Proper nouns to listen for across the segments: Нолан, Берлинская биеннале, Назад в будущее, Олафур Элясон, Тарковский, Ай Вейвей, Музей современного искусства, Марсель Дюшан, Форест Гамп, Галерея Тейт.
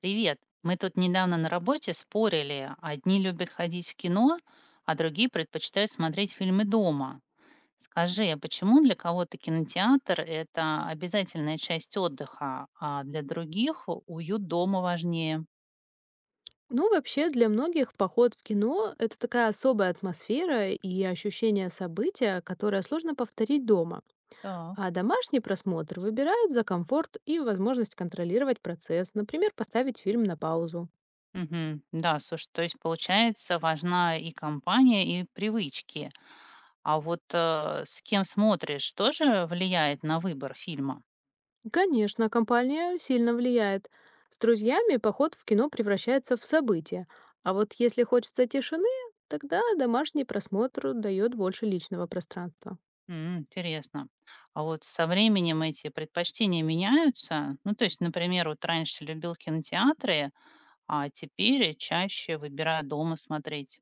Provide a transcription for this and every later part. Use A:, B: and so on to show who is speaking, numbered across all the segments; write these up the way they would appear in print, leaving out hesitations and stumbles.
A: Привет. Мы тут недавно на работе спорили. Одни любят ходить в кино, а другие предпочитают смотреть фильмы дома. Скажи, а почему для кого-то кинотеатр – это обязательная часть отдыха, а для других уют дома важнее?
B: Ну, вообще, для многих поход в кино— это такая особая атмосфера и ощущение события, которое сложно повторить дома.
A: Так.
B: А домашний просмотр выбирают за комфорт и возможность контролировать процесс, например, поставить фильм на паузу.
A: Мгм. Да, слушай, то есть получается важна и компания, и привычки. А вот с кем смотришь, тоже влияет на выбор фильма?
B: И, конечно, компания сильно влияет. С друзьями поход в кино превращается в событие. А вот если хочется тишины, тогда домашний просмотр дает больше личного пространства.
A: М, интересно. А вот со временем эти предпочтения меняются? Ну, то есть, например, вот раньше любил кинотеатры, а теперь чаще выбираю дома смотреть.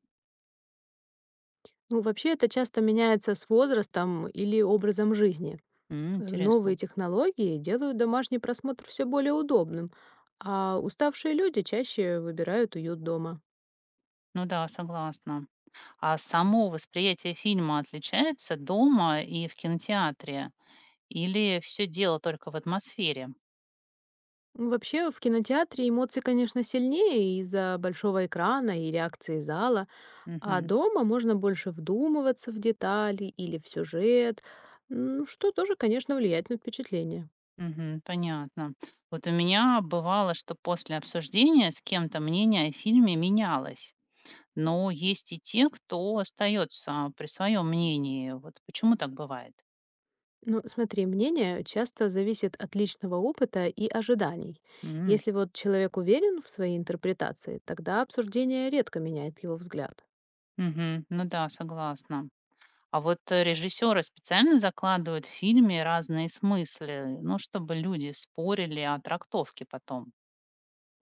B: Ну, вообще это часто меняется с возрастом или образом жизни.
A: М, интересно.
B: Новые технологии делают домашний просмотр все более удобным, а уставшие люди чаще выбирают уют дома.
A: Ну да, согласна. А само восприятие фильма отличается дома и в кинотеатре? Или все дело только в атмосфере?
B: Ну, вообще, в кинотеатре эмоции, конечно, сильнее из-за большого экрана и реакции зала, а
A: Мгм.
B: дома можно больше вдумываться в детали или в сюжет, что тоже, конечно, влияет на впечатление.
A: Мгм, понятно. Вот у меня бывало, что после обсуждения с кем-то мнение о фильме менялось. Но есть и те, кто остается при своем мнении. Вот почему так бывает?
B: Ну, смотри, мнение часто зависит от личного опыта и ожиданий.
A: М,
B: Если вот человек уверен в своей интерпретации, тогда обсуждение редко меняет его взгляд.
A: мгм. Ну да, согласна. А вот режиссеры специально закладывают в фильме разные смыслы, ну, чтобы люди спорили о трактовке потом.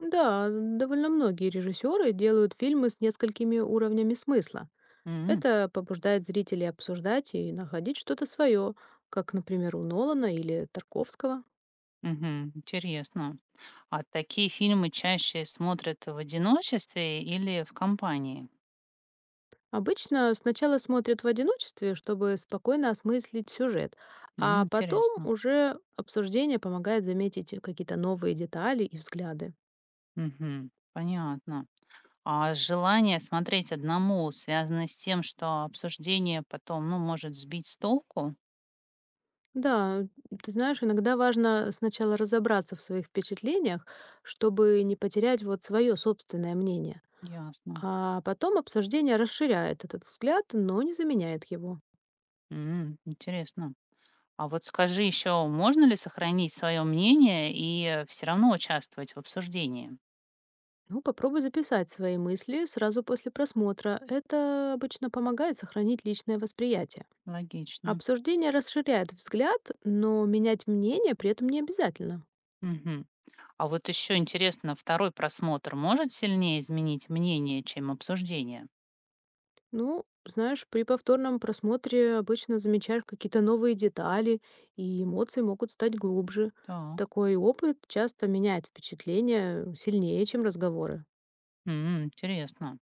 B: Да, довольно многие режиссеры делают фильмы с несколькими уровнями смысла.
A: М,
B: Это побуждает зрителей обсуждать и находить что-то свое, как, например, у Нолана или Тарковского.
A: мгм. Интересно. А такие фильмы чаще смотрят в одиночестве или в компании?
B: Обычно сначала смотрят в одиночестве, чтобы спокойно осмыслить сюжет,
A: М,
B: а потом
A: интересно.
B: уже обсуждение помогает заметить какие-то новые детали и взгляды.
A: Мгм. Понятно. А желание смотреть одному связано с тем, что обсуждение потом, ну, может сбить с толку?
B: Да, ты знаешь, иногда важно сначала разобраться в своих впечатлениях, чтобы не потерять вот свое собственное мнение.
A: Ясно.
B: А потом обсуждение расширяет этот взгляд, но не заменяет его.
A: М, интересно. А вот скажи еще, можно ли сохранить свое мнение и все равно участвовать в обсуждении?
B: Ну, попробуй записать свои мысли сразу после просмотра. Это обычно помогает сохранить личное восприятие.
A: Логично.
B: Обсуждение расширяет взгляд, но менять мнение при этом не обязательно.
A: Мгм. А вот еще интересно, второй просмотр может сильнее изменить мнение, чем обсуждение?
B: Ну, знаешь, при повторном просмотре обычно замечаешь какие-то новые детали, и эмоции могут стать глубже.
A: Так.
B: Такой опыт часто меняет впечатление сильнее, чем разговоры.
A: М, интересно.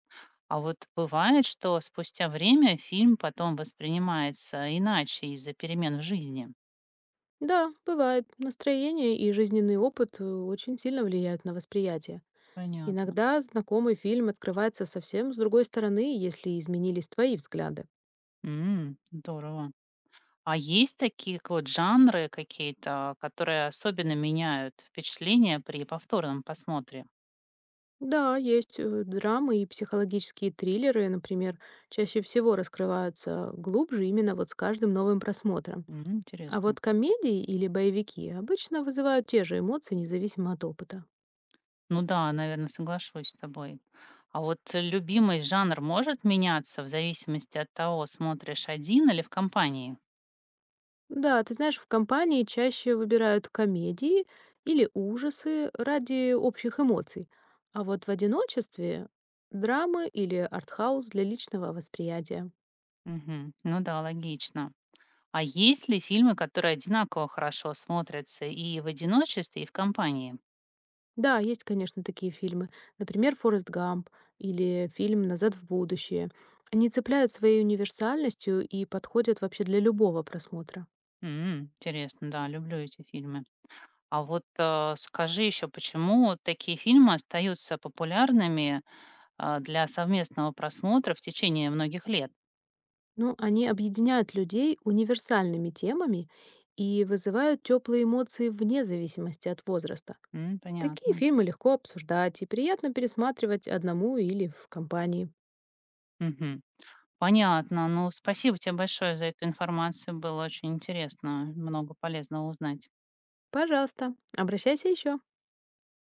A: А вот бывает, что спустя время фильм потом воспринимается иначе из-за перемен в жизни.
B: Да, бывает. Настроение и жизненный опыт очень сильно влияют на восприятие.
A: Понятно.
B: Иногда знакомый фильм открывается совсем с другой стороны, если изменились твои взгляды.
A: М, здорово. А есть такие вот жанры какие-то, которые особенно меняют впечатление при повторном посмотре?
B: Да, есть драмы и психологические триллеры, например, чаще всего раскрываются глубже именно вот с каждым новым просмотром.
A: М,
B: А
A: интересно.
B: вот комедии или боевики обычно вызывают те же эмоции, независимо от опыта.
A: Ну да, наверное, соглашусь с тобой. А вот любимый жанр может меняться в зависимости от того, смотришь один или в компании?
B: Да, ты знаешь, в компании чаще выбирают комедии или ужасы ради общих эмоций, а вот в одиночестве драмы или артхаус для личного восприятия.
A: Мгм. Ну да, логично. А есть ли фильмы, которые одинаково хорошо смотрятся и в одиночестве, и в компании?
B: Да, есть, конечно, такие фильмы, например, «Форест Гамп» или фильм «Назад в будущее». Они цепляют своей универсальностью и подходят вообще для любого просмотра.
A: М, интересно, да, люблю эти фильмы. А вот скажи еще, почему вот такие фильмы остаются популярными а, для совместного просмотра в течение многих лет?
B: Ну, они объединяют людей универсальными темами и вызывают теплые эмоции вне зависимости от возраста.
A: М,
B: Такие
A: понятно.
B: фильмы легко обсуждать и приятно пересматривать одному или в компании.
A: Мгм. Понятно. Ну, спасибо тебе большое за эту информацию. Было очень интересно, много полезного узнать.
B: Пожалуйста, обращайся еще.